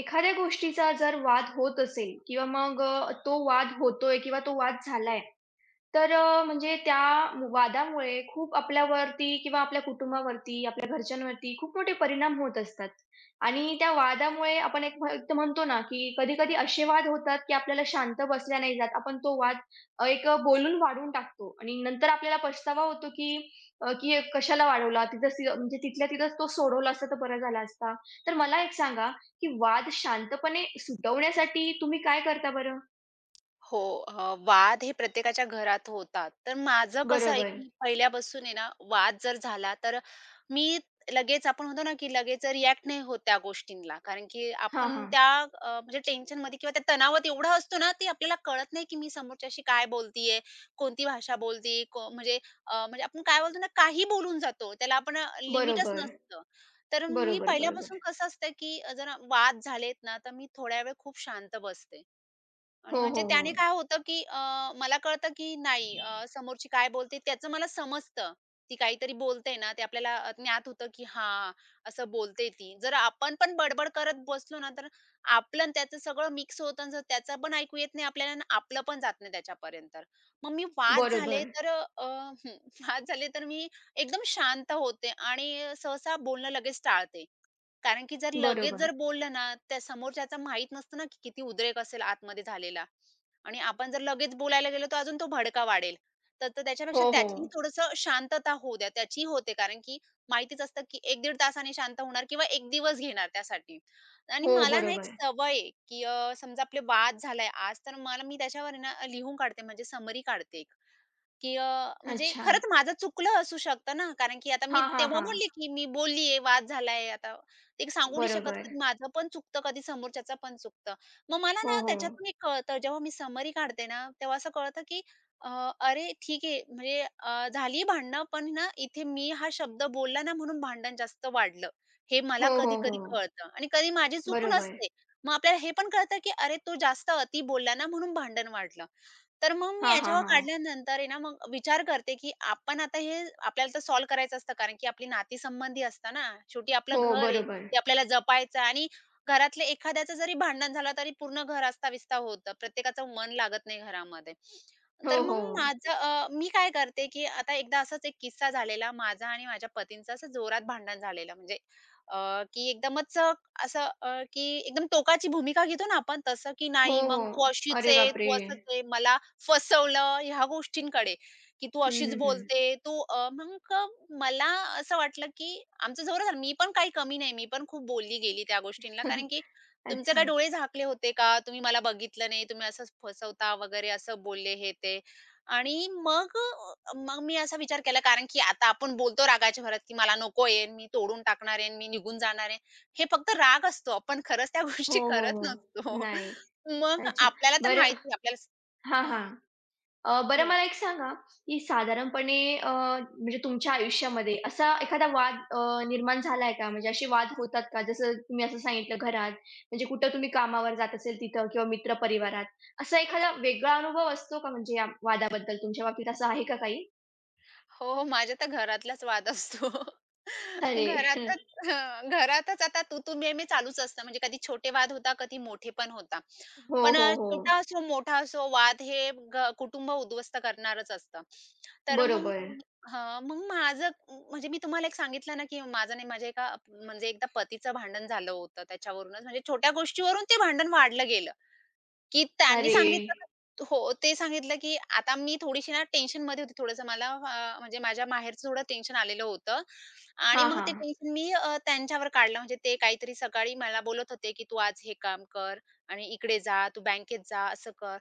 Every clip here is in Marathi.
एखाद्या गोष्टीचा जर वाद होत असेल किंवा मग तो वाद होतोय किंवा तो वाद झालाय, तर म्हणजे त्या वादामुळे खूप आपल्यावरती किंवा आपल्या कुटुंबावरती, आपल्या घरच्यांवरती खूप मोठे परिणाम होत असतात. आणि त्या वादामुळे आपण एक म्हणतो ना, की कधी-कधी असे वाद होतात, की आपल्याला शांत बसल्या नाही जात. आपण तो वाद एक बोलून वाढवून टाकतो आणि नंतर आपल्याला पछतावा होतो, की की कशाला वाढवला? तिथंच ती म्हणजे तिथल्या तिथंच तो सोडवला असता तर बरा झाला असता. तर मला एक सांगा, की वाद शांतपणे सुटवण्यासाठी तुम्ही काय करता बरं? हो, वाद हे प्रत्येकाच्या घरात होतात. तर माझं कसं आहे, बरोबर. की पहिल्यापासून आहे ना, वाद जर झाला तर मी लगेच आपण होतो ना, की लगेच रिएक्ट नाही होत त्या गोष्टींना. कारण की हां, आपण हां. त्या म्हणजे टेन्शनमध्ये किंवा त्या तणावात एवढा असतो ना, ते आपल्याला कळत नाही, की मी समोरच्याशी काय बोलतीये, कोणती भाषा बोलतीये, म्हणजे म्हणजे आपण काय बोलतो ना, काही बोलून जातो. त्याला आपण लिमिटच बरोबर. नसतं. तर मी बरोबर, पहिल्यापासून बरोबर. कसं असतं, की जर वाद झालेत ना, तर मी थोड्या वेळ खूप शांत बसते. आणि हो, हो, म्हणजे त्याने हो. काय होतं, की मला कळतं, की नाही समोरची काय बोलते त्याचं मला समजतं. ती काहीतरी बोलते ना, ते आपल्याला ज्ञात होतं, की हां, असं बोलते ती. जर आपण पण बडबड करत बसलो ना, तर आपलं आणि त्याचं सगळं मिक्स होतं आणि जर त्याचं पण ऐकू येत नाही आपल्याला आणि आपलं पण जात नाही त्याच्यापर्यंत. मग मी वाद झाले बरोबर, तर वाद झाले तर मी एकदम शांत होते आणि सहसा बोलणं लगेच टाळते. कारण की जर लगेच बरोबर. जर बोललं ना, त्या समोरच्याचा माहीत नसतं ना, की किती उद्रेक असेल आतमध्ये झालेला आणि आपण जर लगेच बोलायला गेलो, तर अजून तो भडका वाढेल. तर तर हो, त्याच्यापेक्षा त्याचीही हो. थोडंसं शांतता होऊ द्या. त्याचीही होते कारण की माहितीच असतं, की 1-1.5 तासाने शांत होणार किंवा 1 दिवस घेणार त्यासाठी. आणि हो, मला ना एक बरोबर. सवय आहे, की समजा आपले वाद झालाय आज, तर मला मी त्याच्यावर आहे ना लिहून काढते, म्हणजे समरी काढते. की म्हणजे अच्छा. खरंच माझं चुकलं असू शकतं ना, कारण की आता मी हां, हां, तेव्हा हां. बोलले की मी बोललीये, वाद झालाय आता. ते सांगू नाही शकत बरोबर. कधी माझं पण चुकतं, कधी समोरच्याचं पण चुकतं. मग मला हो, ना हो. त्याच्यातून एक कळतं जेव्हा मी समरी काढते ना, तेव्हा असं कळतं की अ, अरे ठीक आहे म्हणजे झाली भांडणं पण ना इथे मी हा शब्द बोलला ना म्हणून भांडण जास्त वाढलं. हे मला हो, हो, कधी-कधी हो. कळतं आणि कधी माझी चूक बरोबर. नसते. मग आपल्याला हे पण कळतं की अरे तो जास्त अति बोलला ना म्हणून भांडण वाढलं. तर मग मी हां, हां, याच्यावर हां. काढल्यानंतर आहे ना, मग विचार करते, की आपण आता हे आपल्याला तर सॉल्व्ह करायचं असतं, कारण की आपली नातीसंबंधी असतं ना. शेवटी हो, आपलं घर आहे, बरोबर. ते आपल्याला जपायचं आणि घरातल्या एखाद्याचं जरी भांडण झालं, तरी पूर्ण घर अस्ताव्यस्त होतं. प्रत्येकाचं मन लागत नाही घरामध्ये. हो, तर मग हो. माझं मी काय करते, की आता एकदा असाच एक किस्सा झालेला माझा आणि माझ्या पतींचं असं जोरात भांडण झालेलं. म्हणजे अ, की एकदमच असं की एकदम टोकाची भूमिका घेतो ना आपण तसं, की हो, नाही मग हो. तू अशीच अरे आहे, बापरे! तू असंच आहे, मला फसवलं ह्या गोष्टींकडे, की तू हं, अशीच हं, हं. बोलते. तू अ, मग अ, मला असं वाटलं, की आमचं जवळ झालं. मी पण काही कमी नाही, मी पण खूप बोलली गेली त्या गोष्टींना. कारण की तुमचे काय अच्छा. डोळे झाकले होते का? तुम्ही मला बघितलं नाही, तुम्ही असंच फसवता वगैरे असं बोलले हे ते. आणि मग मग मी असा विचार केला कारण की आता आपण बोलतो रागाच्या भरात, की मला नको आहे, मी तोडून टाकणार आहे, मी निघून जाणार आहे. हे फक्त राग असतो. आपण खरंच त्या गोष्टी हो, हो, करत हो. नसतो. नाही. मग अच्छा. आपल्याला तर बरं माहिती आहे आपल्याला हां, हां. अ, बरं मला बोला. एक सांगा, की साधारणपणे म्हणजे तुमच्या आयुष्यामध्ये असा एखादा वाद निर्माण झालाय का? म्हणजे असे वाद होतात का? जसं तुम्ही असं सांगितलं घरात, म्हणजे कुठं तुम्ही कामावर जात असेल तिथं किंवा मित्र परिवारात. असा एखादा वेगळा अनुभव असतो का म्हणजे या वादाबद्दल? तुमच्या बाबतीत असं आहे का काही? हो, हो. माझ्या तर घरातलाच वाद असतो. अरे! घरातच हं, घरातच आता तू-तू, मी-मी चालूच असतं. म्हणजे कधी छोटे वाद होता, कधी मोठे पण होता. हो, पण हो, हो. छोटा असो, मोठा असो, वाद हे कुटुंब उद्ध्वस्त करणारच असतं. तर मग बरोबर. हां, मग माझं म्हणजे मी तुम्हाला एक सांगितलं ना, की माझं नाही माझ्या एका म्हणजे एकदा पतीचं भांडण झालं होतं त्याच्यावरूनच म्हणजे छोट्या गोष्टीवरून ते भांडण वाढलं गेलं. की त्यांनी अरे! सांगितलं का हो, ते सांगितलं की आता मी थोडीशी ना टेन्शनमध्ये होती. थोडंसं मला म्हणजे माझ्या माहेरचं थोडं टेन्शन आलेलं होतं आणि हां, मग ते हां. टेन्शन मी त्यांच्यावर काढलं. म्हणजे ते काहीतरी सकाळी मला बोलत होते, की "तू आज हे काम कर आणि इकडे जा, तू बँकेत जा, असं कर."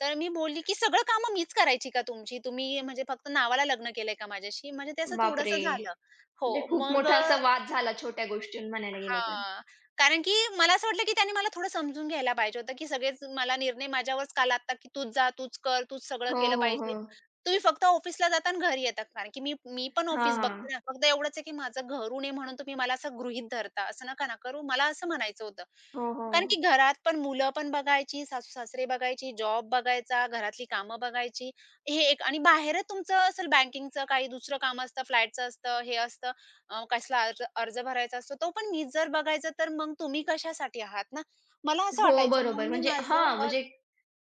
तर मी बोलली, "की सगळं कामं मीच करायची का तुमची? तुम्ही म्हणजे फक्त नावाला लग्न केलंय का माझ्याशी?" म्हणजे ते असं बापरे! थोडंसं झालं. हो, म्हणजे खूप मग मोठा असा वाद झाला छोट्या गोष्टीहून म्हणायला गेलं तर. हां. कारण की मला असं वाटलं की त्याने मला थोडं समजून घ्यायला पाहिजे होतं, की सगळेच मला निर्णय माझ्यावरच का लादतात, की तूच जा, तूच कर, तूच सगळं हो, केलं हो, हो. पाहिजे. तुम्ही फक्त ऑफिसला जाता आणि घरी येतात. कारण की मी मी पण हां, ऑफिस हां. बघते ना. फक्त एवढंच आहे की माझं घरून आहे म्हणून तुम्ही मला असं गृहीत धरता. असं नका ना करू. मला असं म्हणायचं होतं. हो, हो. कारण की घरात पण मुलं पण बघायची, सासू-सासरे बघायची, जॉब बघायचा, घरातली कामं बघायची. हे एक आणि बाहेर तुमचं असेल बँकिंगचं काही दुसरं काम असतं, फ्लॅटचं असतं, हे असतं, कसला अर्ज अर्ज भरायचा असतो, तो पण मीच जर बघायचा तर मग तुम्ही कशासाठी आहात ना? मला असं हो, वाटायचं. बरोबर. मग मी म्हणजे माझं हां, म्हणजे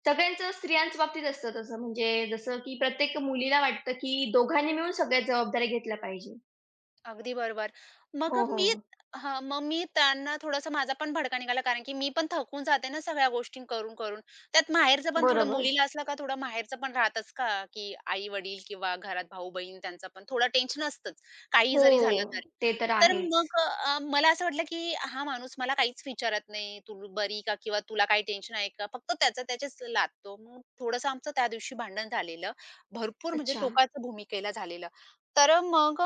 सगळ्यांचं स्त्रियांच्या बाबतीत असतं तसं. म्हणजे जसं की प्रत्येक मुलीला वाटतं की दोघांनी मिळून सगळ्या जबाबदाऱ्या घेतल्या पाहिजे. अगदी बरोबर. मग हो, मी हो. हां, मग मी त्यांना थोडासा माझा पण भडका निघाला, कारण की मी पण थकून जाते ना सगळ्या गोष्टी करून-करून. त्यात माहेरचं पण थोडं बरोबर. मुलीला असलं का थोडं माहेरचं पण राहतच का, की आई-वडील किंवा घरात भाऊ-बहीण त्यांचं पण थोडं टेन्शन असतंच, काही हो, जरी झालं तरी. ते तर तर आहेच. मग मला असं वाटलं, की हा माणूस मला काहीच विचारत नाही, "तू बरी का? किंवा तुला काही टेन्शन आहे का?" फक्त त्याचं त्याचेच लादतो. मग थोडंसं आमचं त्या दिवशी भांडण झालेलं. भरपूर म्हणजे अच्छा. टोकाच्या भूमिकेला झालेलं. तर मग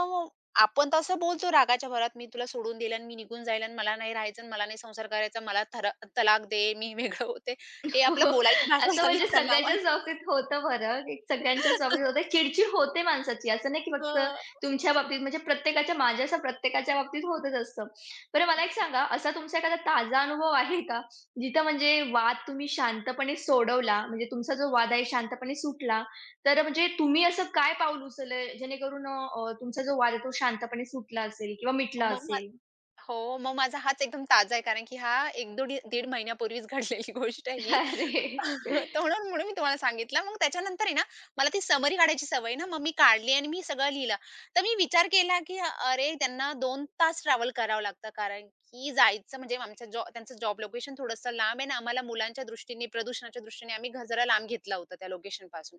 आपण तसं बोलतो रागाच्या भरात, "मी तुला सोडून दिलं आणि मी निघून जाईल आणि मला नाही राहायचं आणि मला नाही संसार करायचा. मला थरा तलाक दे, मी वेगळं होते." हे हो. आपलं बोलायची भाषा असं झाली म्हणजे तणावात. सगळ्याच्याच बाबतीत होतं बरं, की सगळ्यांच्याच बाबतीत होतं. चिड-चिड होते माणसाची. असं नाही की फक्त हं. तुमच्या बाबतीत म्हणजे प्रत्येकाच्या माझ्यासह प्रत्येकाच्या बाबतीत होतच असतं. बरं मला एक सांगा, असा तुमचा एखादा ताजा अनुभव आहे का? जिथं म्हणजे वाद तुम्ही शांतपणे सोडवला, म्हणजे तुमचा जो वाद आहे शांतपणे सुटला, तर म्हणजे तुम्ही असं काय पाऊल उचललं जेणेकरून तुमचा जो वाद आहे तो शांतपणे सुटला असेल किंवा मिटला मग मा असेल? हो, मग माझा हाच एकदम ताजा आहे कारण की हा 1 दीड 1.5 महिन्यापूर्वीच घडलेली गोष्ट आहे ही. अरे! तर म्हणून म्हणून मी तुम्हाला सांगितलं. मग त्याच्यानंतर आहे ना, मला ती समरी काढायची सवय ना, मग मी काढली आणि मी सगळं लिहिलं. तर मी विचार केला, की अरे, त्यांना 2 तास ट्रॅव्हल करावं लागतं, कारण की जायचं म्हणजे आमच्या जॉ त्यांचं जॉब लोकेशन थोडंसं लांब आहे आणि आम्हाला मुलांच्या दृष्टीने, प्रदूषणाच्या दृष्टीने आम्ही गजरा लांब घेतला होता त्या लोकेशनपासून.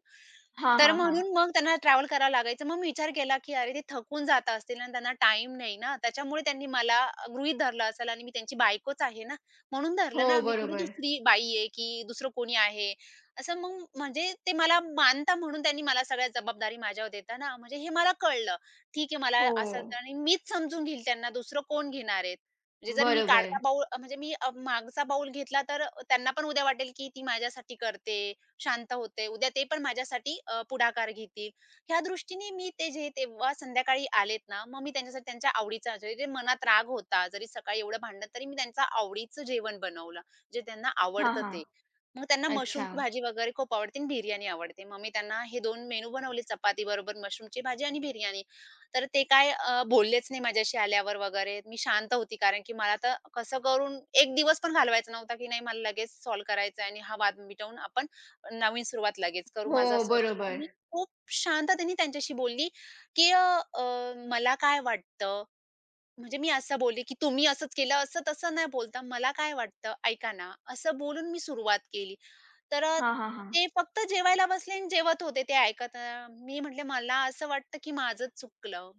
हां, तर हां, हां. म्हणून मग त्यांना ट्रॅव्हल करावं लागायचं. मग मी विचार केला, की अरे, ते थकून जात असतील आणि त्यांना टाईम नाही ना, त्याच्यामुळे त्यांनी मला गृहीत धरलं असेल आणि मी त्यांची बायकोच आहे ना, म्हणून हो, धरलं ना, मी थोडी बरोबर. दुसरी बाई आहे, की दुसरं कोणी आहे. असं मग म्हणजे ते मला मानता म्हणून त्यांनी मला सगळ्या जबाबदारी माझ्यावर देता ना, म्हणजे हे मला कळलं. ठीक आहे मला हो. असं तर आणि मीच समजून घेईल त्यांना दुसरं कोण घेणार आहेत. म्हणजे जर मी बरोबर. काढता बाऊल म्हणजे मी मागचा बाऊल घेतला तर त्यांना पण उद्या वाटेल, की ती माझ्यासाठी करते, शांत होते. उद्या ते पण माझ्यासाठी पुढाकार घेतील. ह्या दृष्टीने मी ते जे तेव्हा संध्याकाळी आलेत ना, मग मी त्यांच्यासाठी त्यांच्या आवडीचा जे जे मनात राग होता, जरी सकाळी एवढं भांडण तरी मी त्यांचं आवडीचं जेवण बनवलं, जे त्यांना हां, आवडतं हां. ते. मग त्यांना अच्छा. मशरूमची भाजी वगैरे खूप आवडते आणि बिर्याणी आवडते. मग मी त्यांना हे 2 मेनू बनवले चपाती बरोबर मशरूमची भाजी आणि बिर्याणी. तर ते काय बोललेच नाही माझ्याशी आल्यावर वगैरे. मी शांत होती कारण की मला तर कसं करून 1 दिवस पण घालवायचा नव्हता, की नाही मला लगेच सॉल्व्ह करायचं आणि हा वाद मिटवून आपण नवीन सुरुवात लगेच करू, हो, माझं असं होतं. मग मी बरोबर. खूप शांततेने त्यांच्याशी बोलली, की "अ, अ, मला काय वाटतं?" म्हणजे मी असं बोलले, की "तुम्ही असंच केलं." असं तसं नाही बोलता, "मला काय वाटतं? ऐका ना." असं बोलून मी सुरुवात केली. तर हां, हां, हां. ते फक्त जेवायला बसले आणि जेवत होते ते ऐकत. मी म्हटले, "मला असं वाटतं, की माझंच चुकलं."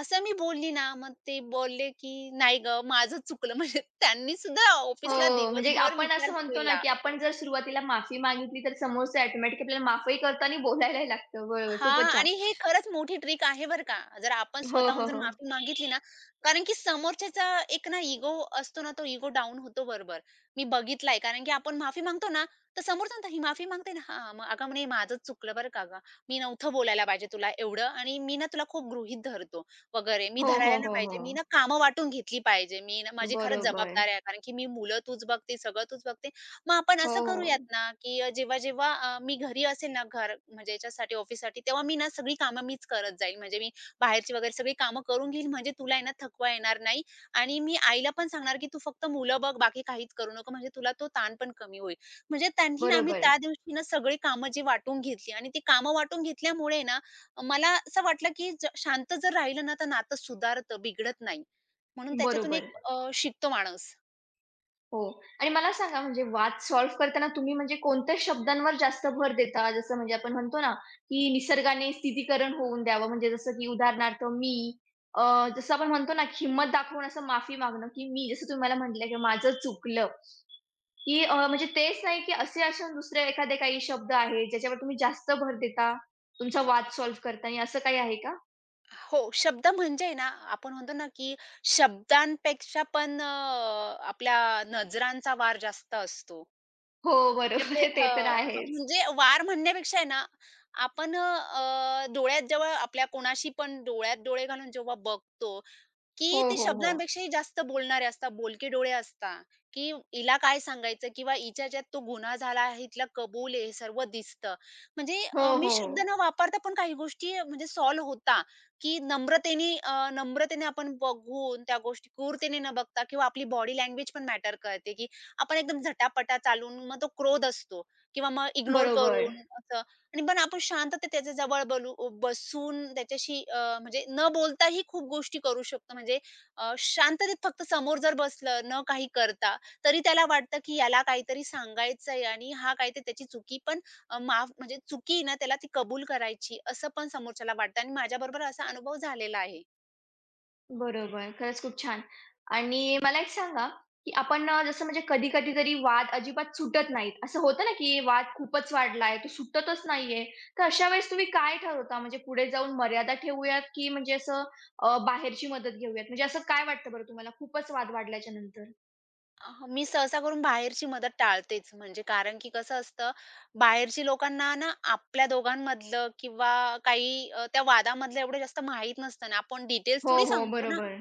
असं मी बोलली ना, मग ते बोलले, की "नाही गं, माझंच चुकलं." म्हणजे त्यांनी सुद्धा ऑफिसला हो, म्हणजे दिवसभर आपण विचार असं म्हणतो ना, केला. की आपण जर सुरुवातीला माफी मागितली, तर समोरचा ऑटोमॅटिक आपल्याला माफही करतो आणि बोलायलाही लागतं. बरोबर, हा खूपच छान. आणि हे खरंच मोठी ट्रिक आहे बरं का. जर आपण हो, स्वतःहून हो, जर हो. माफी मागितली ना, कारण की समोरच्याचा एक ना इगो असतो ना, तो इगो डाउन होतो बरोबर. मी बघितलाय कारण की आपण माफी मागतो ना, तर समोरचा म्हणतो, "ही माफी मागते ना, हां, मग अगं म्हणे माझंच चुकलं बरं का गं. मी नव्हतं बोलायला पाहिजे तुला एवढं आणि मी ना तुला खूप गृहीत धरतो वगैरे. मी हो, धरायला हो, नाही हो, हो. पाहिजे. मी ना कामं वाटून घेतली पाहिजे. मी ना माझी खरंच बरोबर. जबाबदारी आहे कारण की मी मुलं तूच बघते, सगळं तूच बघते. मग आपण हो, असं करूयात हो. ना, की जेव्हा-जेव्हा मी घरी असेल ना, घर म्हणजे याच्यासाठी ऑफिससाठी, तेव्हा मी ना सगळी कामं मीच करत जाईल. म्हणजे मी बाहेरची वगैरे सगळी कामं करून घेईल, म्हणजे तुला आहे ना थकवा येणार नाही आणि मी आईला पण सांगणार, की "तू फक्त मुलं बघ, बाकी काहीच करू नको, म्हणजे तुला तो ताण पण कमी होईल." म्हणजे त्यांनी ना, आम्ही बरोबर, त्या दिवशी ना सगळी कामं जी वाटून घेतली आणि ती कामं वाटून घेतल्यामुळे ना, मला असं वाटलं, की शांत जर राहिलं ना, तर नातं सुधारतं, बिघडत नाही. म्हणून त्याच्यातून एक बरोबर. शिकतो माणूस. हो आणि मला सांगा म्हणजे वाद सॉल्व्ह करताना तुम्ही म्हणजे कोणत्या शब्दांवर जास्त भर देता? जसं म्हणजे आपण म्हणतो ना, की निसर्गाने स्थितीकरण होऊन द्यावं. म्हणजे जसं की उदाहरणार्थ अ, जसं आपण म्हणतो ना, की हिंमत दाखवून असं माफी मागणं, की मी जसं तुम्ही मला म्हटलं, की माझं चुकलं, की म्हणजे तेच नाही, की असे असून दुसरे एखादे काही शब्द आहेत, ज्याच्यावर तुम्ही जास्त भर देता, तुमचा वाद सॉल्व्ह करताना, असं काही आहे का? हो, शब्द म्हणजे ना, आपण म्हणतो ना, की शब्दांपेक्षा पण आपल्या नजरांचा वार जास्त असतो. हो, म्हणजे आपले बरोबर ते तर हं, आहेच. म्हणजे वार म्हणण्यापेक्षा आहे ना, आपण डोळ्यात जेव्हा आपल्या कोणाशी पण डोळ्यात डोळे घालून जेव्हा बघतो, हो, की ते हो, हो. शब्दांपेक्षाही जास्त बोलणारे असतात, बोलके डोळे असतात, की हिला काय सांगायचं किंवा हिच्या ह्याच्यात तो गुन्हा झाला आहे, हिला कबूल आहे, हे सर्व दिसतं. म्हणजे हो, मी हो. शब्द न वापरता पण काही गोष्टी म्हणजे सॉल्व्ह होता, की नम्रतेने नम्रतेने आपण बघून त्या गोष्टी क्रूरतेने न बघता किंवा आपली बॉडी लँग्वेज पण मॅटर करते, की आपण एकदम झटापटा चालून मग तो क्रोध असतो किंवा मग इग्नोर बरोबर. करून आणि पण आपण शांततेत त्याच्या जवळ बोलू बसून त्याच्याशी म्हणजे न बोलताही खूप गोष्टी करू शकतो. म्हणजे शांततेत फक्त समोर जर बसलं, न काही करता, तरी त्याला वाटतं, की याला काहीतरी सांगायचंय आणि हा काहीतरी त्याची चुकी पण अ, माफ म्हणजे चुकी आहे ना त्याला ती कबूल करायची, असं पण समोरच्याला वाटतं आणि माझ्याबरोबर असा अनुभव झालेला आहे. बरोबर. खरंच खूप छान. आणि मला एक सांगा, की आपण जसं म्हणजे कधी-कधी तरी वाद अजिबात सुटत नाहीत. असं होतं ना, की वाद खूपच वाढलाय, तो सुटतच नाहीये. तर अशा वेळेस तुम्ही काय ठरवता? म्हणजे पुढे जाऊन मर्यादा ठेवूयात, की म्हणजे असं बाहेरची मदत घेऊयात? म्हणजे असं काय वाटतं बरं तुम्हाला खूपच वाद वाढल्याच्या नंतर? मी सहसा करून बाहेरची मदत टाळतेच. म्हणजे कारण की कसं असतं, बाहेरची लोकांना ना आपल्या दोघांमधलं किंवा काही त्या वादामधलं एवढं जास्त माहीत नसतं ना. आपण डिटेल्स हो, थोडी हो. सांगतो ना. बरोबर.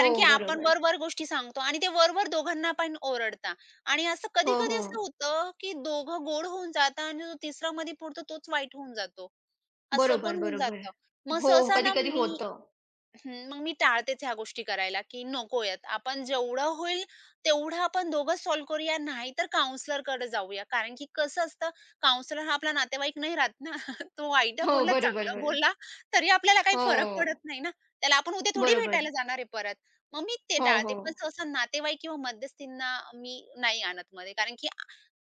हो, की आपण बरोबर. वर-वर गोष्टी सांगतो आणि ते वर-वर दोघांना पण ओरडता आणि असं हो, कधी-कधी असं हो. होतं, की दोघं गोड होऊन जातात आणि जो तिसरा मध्ये पुरतो तोच वाईट होऊन जातो. असं पण बरोबर, होऊन बरोबर. जातं. मग हो, सहसा ना कधी-कधी मी होतं. हं, मग मी टाळतेच ह्या गोष्टी करायला, की नकोयत. आपण जेवढं होईल तेवढं आपण दोघंच सॉल्व्ह करूया, नाहीतर काउंसलरकडे जाऊया. कारण की कसं असतं, काउंसलर हा आपला नातेवाईक नाही राहत ना. तो वाईट हो, बोलला, बरोबर, चांगलं बरं. बोलला, तरी आपल्याला काही फरक हो. पडत नाही ना. त्याला आपण उद्या थोडी बरोबर. भेटायला जाणार आहे परत. मग मी ते हो, हो. टाळते. पण सहसा नातेवाईक किंवा मध्यस्थींना मी नाही आणत मध्ये. कारण की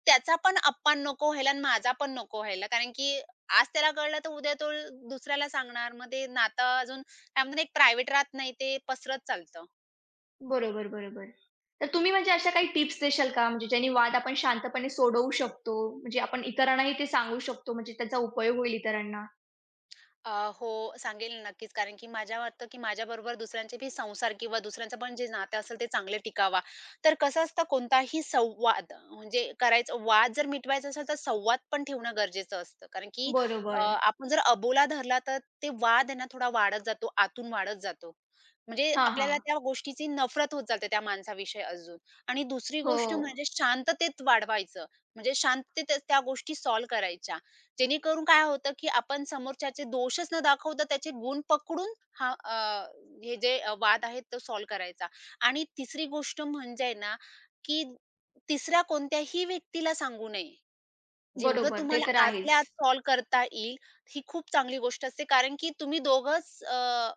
त्याचा पण अपमान नको व्हायला आणि माझा पण नको व्हायला. कारण की आज त्याला कळलं, तर उद्या तो दुसऱ्याला सांगणार. मग ते नातं अजून त्यामध्ये एक प्रायव्हेट राहत नाही ते पसरत चालतं. बरोबर, बरोबर. तर तुम्ही म्हणजे अशा काही टिप्स देशाल का? म्हणजे ज्याने वाद आपण शांतपणे सोडवू शकतो, म्हणजे आपण इतरांनाही ते सांगू शकतो, म्हणजे त्याचा उपयोग होईल इतरांना? हो. अ, हो, सांगेल ना नक्कीच. कारण की माझ्या वाटतं, की माझ्याबरोबर दुसऱ्यांचे बी संसार किंवा दुसऱ्यांचं पण जे नातं असेल ते चांगले टिकावा. तर कसं असतं कोणताही संवाद म्हणजे करायचं वाद जर मिटवायचा असेल तर संवाद पण ठेवणं गरजेचं असतं. कारण की बरोबर. आपण जर अबोला धरला तर ते वाद आहे ना थोडा वाढत जातो, आतून वाढत जातो. म्हणजे हां, आपल्याला हां. त्या गोष्टीची नफरत होत जाते त्या माणसाविषयी अजून. आणि दुसरी हो. गोष्ट म्हणजे शांततेत वाढवायचं. म्हणजे शांततेत त्या गोष्टी सॉल्व्ह करायच्या. जेणेकरून काय होतं, की आपण समोरच्याचे दोषच न दाखवता त्याचे गुण पकडून हा हे जे वाद आहेत तो सॉल्व्ह करायचा. आणि तिसरी गोष्ट म्हणजे ना, की तिसऱ्या कोणत्याही व्यक्तीला सांगू नये. जेवढं बरोबर. ते तुम्हाला तर आतल्या आहेच. आत सॉल्व्ह करता येईल, ही खूप चांगली गोष्ट असते. कारण की तुम्ही दोघंच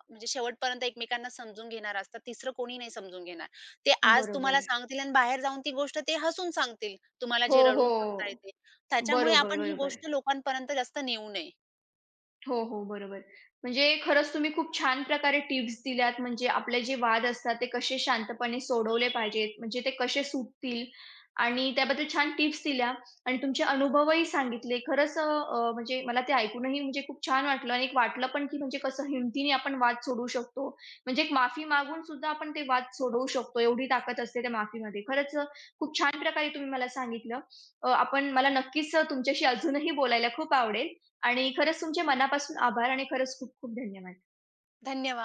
म्हणजे शेवटपर्यंत एकमेकांना समजून घेणार असतात. तिसरं कोणी नाही समजून घेणार. ते आज तुम्हाला बरोबर. सांगतील आणि बाहेर जाऊन ती गोष्ट ते हसून सांगतील. तुम्हाला हो, जे रडून सांगता हो. येते. त्याच्यामुळे बरोबर, आपण ही बरोबर. गोष्ट लोकांपर्यंत जास्त नेऊ नये. हो, हो. बरोबर. म्हणजे खरंच तुम्ही खूप छान प्रकारे टिप्स दिल्यात. म्हणजे आपले जे वाद असतात, ते कसे शांतपणे सोडवले पाहिजेत, म्हणजे ते कसे सुटतील आणि त्याबद्दल छान टिप्स दिल्या आणि तुमचे अनुभवही सांगितले. खरंच अ, अ, म्हणजे मला ते ऐकूनही म्हणजे खूप छान वाटलं आणि एक वाटलं पण, की म्हणजे कसं हिमतीने आपण वाद सोडवू शकतो. म्हणजे एक माफी मागून सुद्धा आपण ते वाद सोडवू शकतो, एवढी ताकद असते त्या माफीमध्ये. खूप छान प्रकारे तुम्ही मला सांगितलं. आपण मला नक्कीच तुमच्याशी अजूनही बोलायला खूप आवडेल. आणि खरंच तुमचे मनापासून आभार आणि खरंच खूप खूप धन्यवाद. धन्यवाद.